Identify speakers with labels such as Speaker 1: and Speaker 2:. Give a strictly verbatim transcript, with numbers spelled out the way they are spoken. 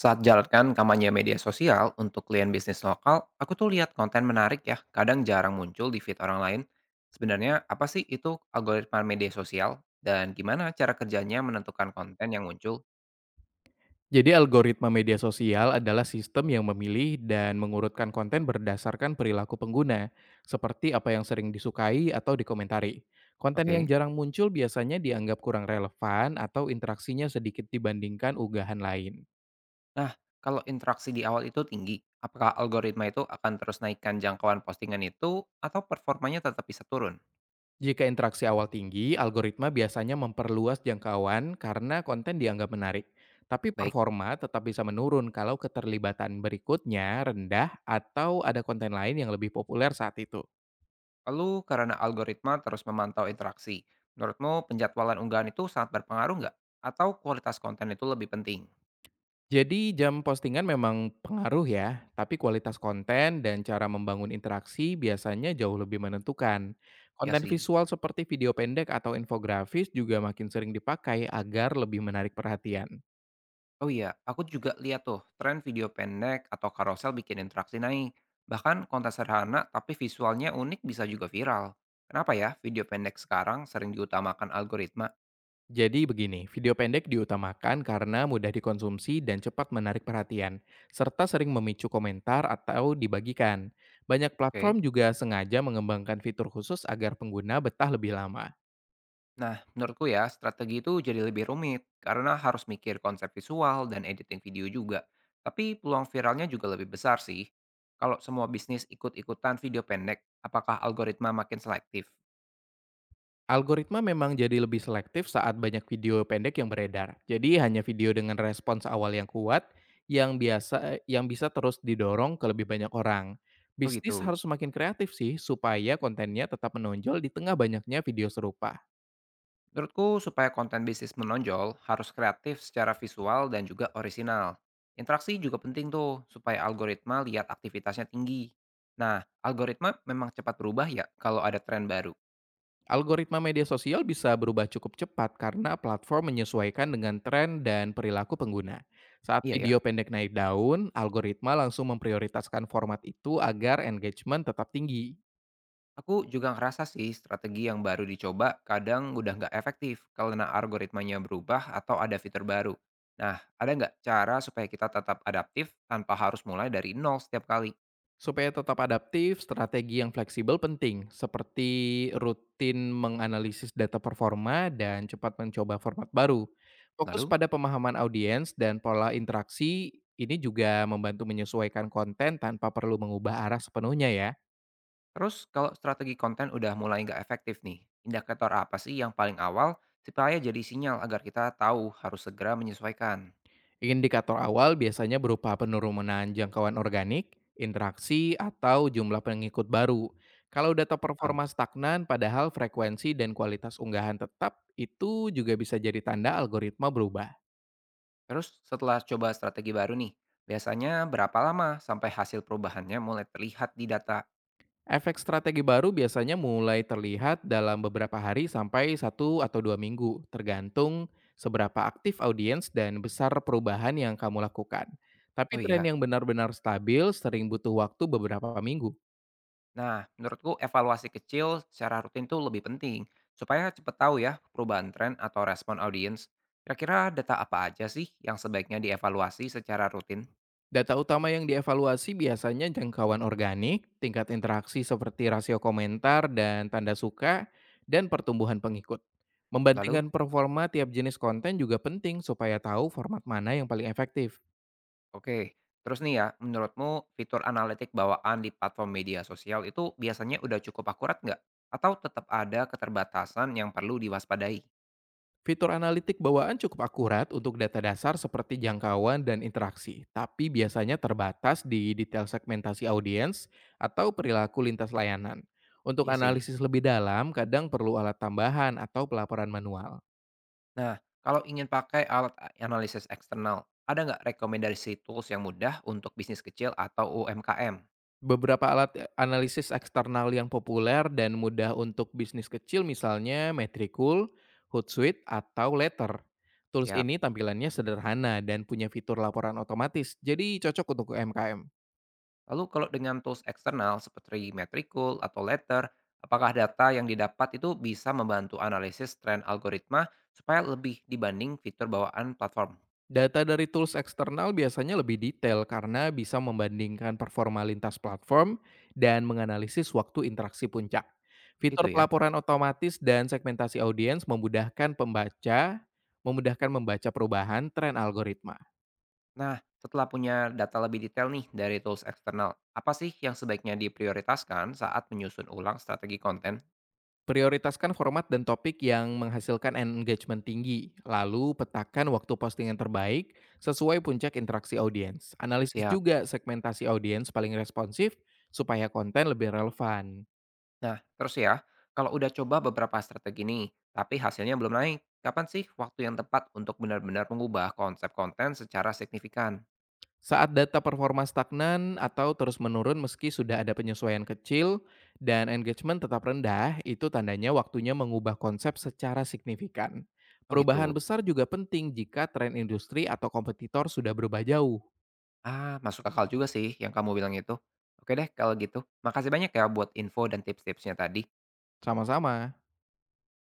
Speaker 1: Saat jalankan kampanye media sosial untuk klien bisnis lokal, aku tuh lihat konten menarik ya, kadang jarang muncul di feed orang lain. Sebenarnya apa sih itu algoritma media sosial dan gimana cara kerjanya menentukan konten yang muncul?
Speaker 2: Jadi algoritma media sosial adalah sistem yang memilih dan mengurutkan konten berdasarkan perilaku pengguna, seperti apa yang sering disukai atau dikomentari. Konten yang
Speaker 1: Oke.
Speaker 2: jarang muncul biasanya dianggap kurang relevan atau interaksinya sedikit dibandingkan unggahan lain.
Speaker 1: Nah, kalau interaksi di awal itu tinggi, apakah algoritma itu akan terus naikkan jangkauan postingan itu atau performanya tetap bisa turun?
Speaker 2: Jika interaksi awal tinggi, algoritma biasanya memperluas jangkauan karena konten dianggap menarik. Tapi
Speaker 1: Baik.
Speaker 2: performa tetap bisa menurun kalau keterlibatan berikutnya rendah atau ada konten lain yang lebih populer saat itu.
Speaker 1: Lalu karena algoritma terus memantau interaksi, menurutmu penjadwalan unggahan itu sangat berpengaruh nggak? Atau kualitas konten itu lebih penting?
Speaker 2: Jadi jam postingan memang pengaruh ya, tapi kualitas konten dan cara membangun interaksi biasanya jauh lebih menentukan.
Speaker 1: Ya
Speaker 2: Konten
Speaker 1: sih.
Speaker 2: visual seperti video pendek atau infografis juga makin sering dipakai agar lebih menarik perhatian.
Speaker 1: Oh iya, aku juga lihat tuh tren video pendek atau karosel bikin interaksi naik. Bahkan konten sederhana tapi visualnya unik bisa juga viral. Kenapa ya video pendek sekarang sering diutamakan algoritma?
Speaker 2: Jadi begini, video pendek diutamakan karena mudah dikonsumsi dan cepat menarik perhatian, serta sering memicu komentar atau dibagikan. Banyak
Speaker 1: Oke.
Speaker 2: platform juga sengaja mengembangkan fitur khusus agar pengguna betah lebih lama.
Speaker 1: Nah, menurutku ya strategi itu jadi lebih rumit karena harus mikir konsep visual dan editing video juga. Tapi peluang viralnya juga lebih besar sih. Kalau semua bisnis ikut-ikutan video pendek, apakah algoritma makin selektif?
Speaker 2: Algoritma memang jadi lebih selektif saat banyak video pendek yang beredar. Jadi hanya video dengan respons awal yang kuat yang biasa yang bisa terus didorong ke lebih banyak orang.
Speaker 1: Oh
Speaker 2: Bisnis
Speaker 1: gitu.
Speaker 2: harus semakin kreatif sih supaya kontennya tetap menonjol di tengah banyaknya video serupa.
Speaker 1: Menurutku, supaya konten bisnis menonjol, harus kreatif secara visual dan juga orisinal. Interaksi juga penting tuh, supaya algoritma lihat aktivitasnya tinggi. Nah, algoritma memang cepat berubah ya kalau ada tren baru.
Speaker 2: Algoritma media sosial bisa berubah cukup cepat karena platform menyesuaikan dengan tren dan perilaku pengguna. Saat
Speaker 1: Iya ya,
Speaker 2: video pendek naik daun, algoritma langsung memprioritaskan format itu agar engagement tetap tinggi.
Speaker 1: aku juga ngerasa sih strategi yang baru dicoba kadang udah nggak efektif karena algoritmanya berubah atau ada fitur baru. Nah, ada nggak cara supaya kita tetap adaptif tanpa harus mulai dari nol setiap kali?
Speaker 2: Supaya tetap adaptif, strategi yang fleksibel penting, seperti rutin menganalisis data performa dan cepat mencoba format baru. Fokus
Speaker 1: Lalu?
Speaker 2: pada pemahaman audiens dan pola interaksi ini juga membantu menyesuaikan konten tanpa perlu mengubah arah sepenuhnya ya.
Speaker 1: Terus kalau strategi konten udah mulai nggak efektif nih, indikator apa sih yang paling awal supaya jadi sinyal agar kita tahu harus segera menyesuaikan?
Speaker 2: Indikator awal biasanya berupa penurunan jangkauan organik, interaksi, atau jumlah pengikut baru. Kalau data
Speaker 1: Paham.
Speaker 2: performa stagnan, padahal frekuensi dan kualitas unggahan tetap, itu juga bisa jadi tanda algoritma berubah.
Speaker 1: Terus setelah coba strategi baru nih, biasanya berapa lama sampai hasil perubahannya mulai terlihat di data?
Speaker 2: Efek strategi baru biasanya mulai terlihat dalam beberapa hari sampai satu atau dua minggu, tergantung seberapa aktif audiens dan besar perubahan yang kamu lakukan. Tapi
Speaker 1: Oh
Speaker 2: tren
Speaker 1: iya.
Speaker 2: yang benar-benar stabil sering butuh waktu beberapa minggu.
Speaker 1: Nah, menurutku evaluasi kecil secara rutin tuh lebih penting supaya cepet tahu ya perubahan tren atau respon audiens. Kira-kira data apa aja sih yang sebaiknya dievaluasi secara rutin?
Speaker 2: Data utama yang dievaluasi biasanya jangkauan organik, tingkat interaksi seperti rasio komentar dan tanda suka, dan pertumbuhan pengikut.
Speaker 1: Lalu.
Speaker 2: Membandingkan performa tiap jenis konten juga penting supaya tahu format mana yang paling efektif.
Speaker 1: Oke, terus nih ya, menurutmu fitur analitik bawaan di platform media sosial itu biasanya udah cukup akurat nggak? Atau tetap ada keterbatasan yang perlu diwaspadai?
Speaker 2: Fitur analitik bawaan cukup akurat untuk data dasar seperti jangkauan dan interaksi, tapi biasanya terbatas di detail segmentasi audiens atau perilaku lintas layanan. Untuk
Speaker 1: Iya sih.
Speaker 2: analisis lebih dalam, kadang perlu alat tambahan atau pelaporan manual.
Speaker 1: Nah, kalau ingin pakai alat a- analisis eksternal, ada nggak rekomendasi tools yang mudah untuk bisnis kecil atau U M K M?
Speaker 2: Beberapa alat eh, analisis eksternal yang populer dan mudah untuk bisnis kecil misalnya Metricool, Hootsuite, atau Letter. Tools
Speaker 1: Siap.
Speaker 2: ini tampilannya sederhana dan punya fitur laporan otomatis, jadi cocok untuk U M K M.
Speaker 1: Lalu kalau dengan tools eksternal seperti Metricool atau Letter, apakah data yang didapat itu bisa membantu analisis tren algoritma supaya lebih dibanding fitur bawaan platform?
Speaker 2: Data dari tools eksternal biasanya lebih detail karena bisa membandingkan performa lintas platform dan menganalisis waktu interaksi puncak. Fitur
Speaker 1: Gitu ya.
Speaker 2: pelaporan otomatis dan segmentasi audiens memudahkan pembaca memudahkan membaca perubahan tren algoritma.
Speaker 1: Nah, setelah punya data lebih detail nih dari tools eksternal, apa sih yang sebaiknya diprioritaskan saat menyusun ulang strategi konten?
Speaker 2: Prioritaskan format dan topik yang menghasilkan engagement tinggi, lalu petakan waktu postingan terbaik sesuai puncak interaksi audiens. Analisis
Speaker 1: Siap.
Speaker 2: juga segmentasi audiens paling responsif supaya konten lebih relevan.
Speaker 1: Nah, terus ya, kalau udah coba beberapa strategi nih, tapi hasilnya belum naik, kapan sih waktu yang tepat untuk benar-benar mengubah konsep konten secara signifikan?
Speaker 2: Saat data performa stagnan atau terus menurun meski sudah ada penyesuaian kecil dan engagement tetap rendah, itu tandanya waktunya mengubah konsep secara signifikan.
Speaker 1: Oh
Speaker 2: Perubahan
Speaker 1: gitu.
Speaker 2: besar juga penting jika tren industri atau kompetitor sudah berubah jauh.
Speaker 1: Ah, masuk akal juga sih yang kamu bilang itu. Oke deh, kalau gitu. Makasih banyak ya buat info dan tips-tipsnya tadi.
Speaker 2: Sama-sama.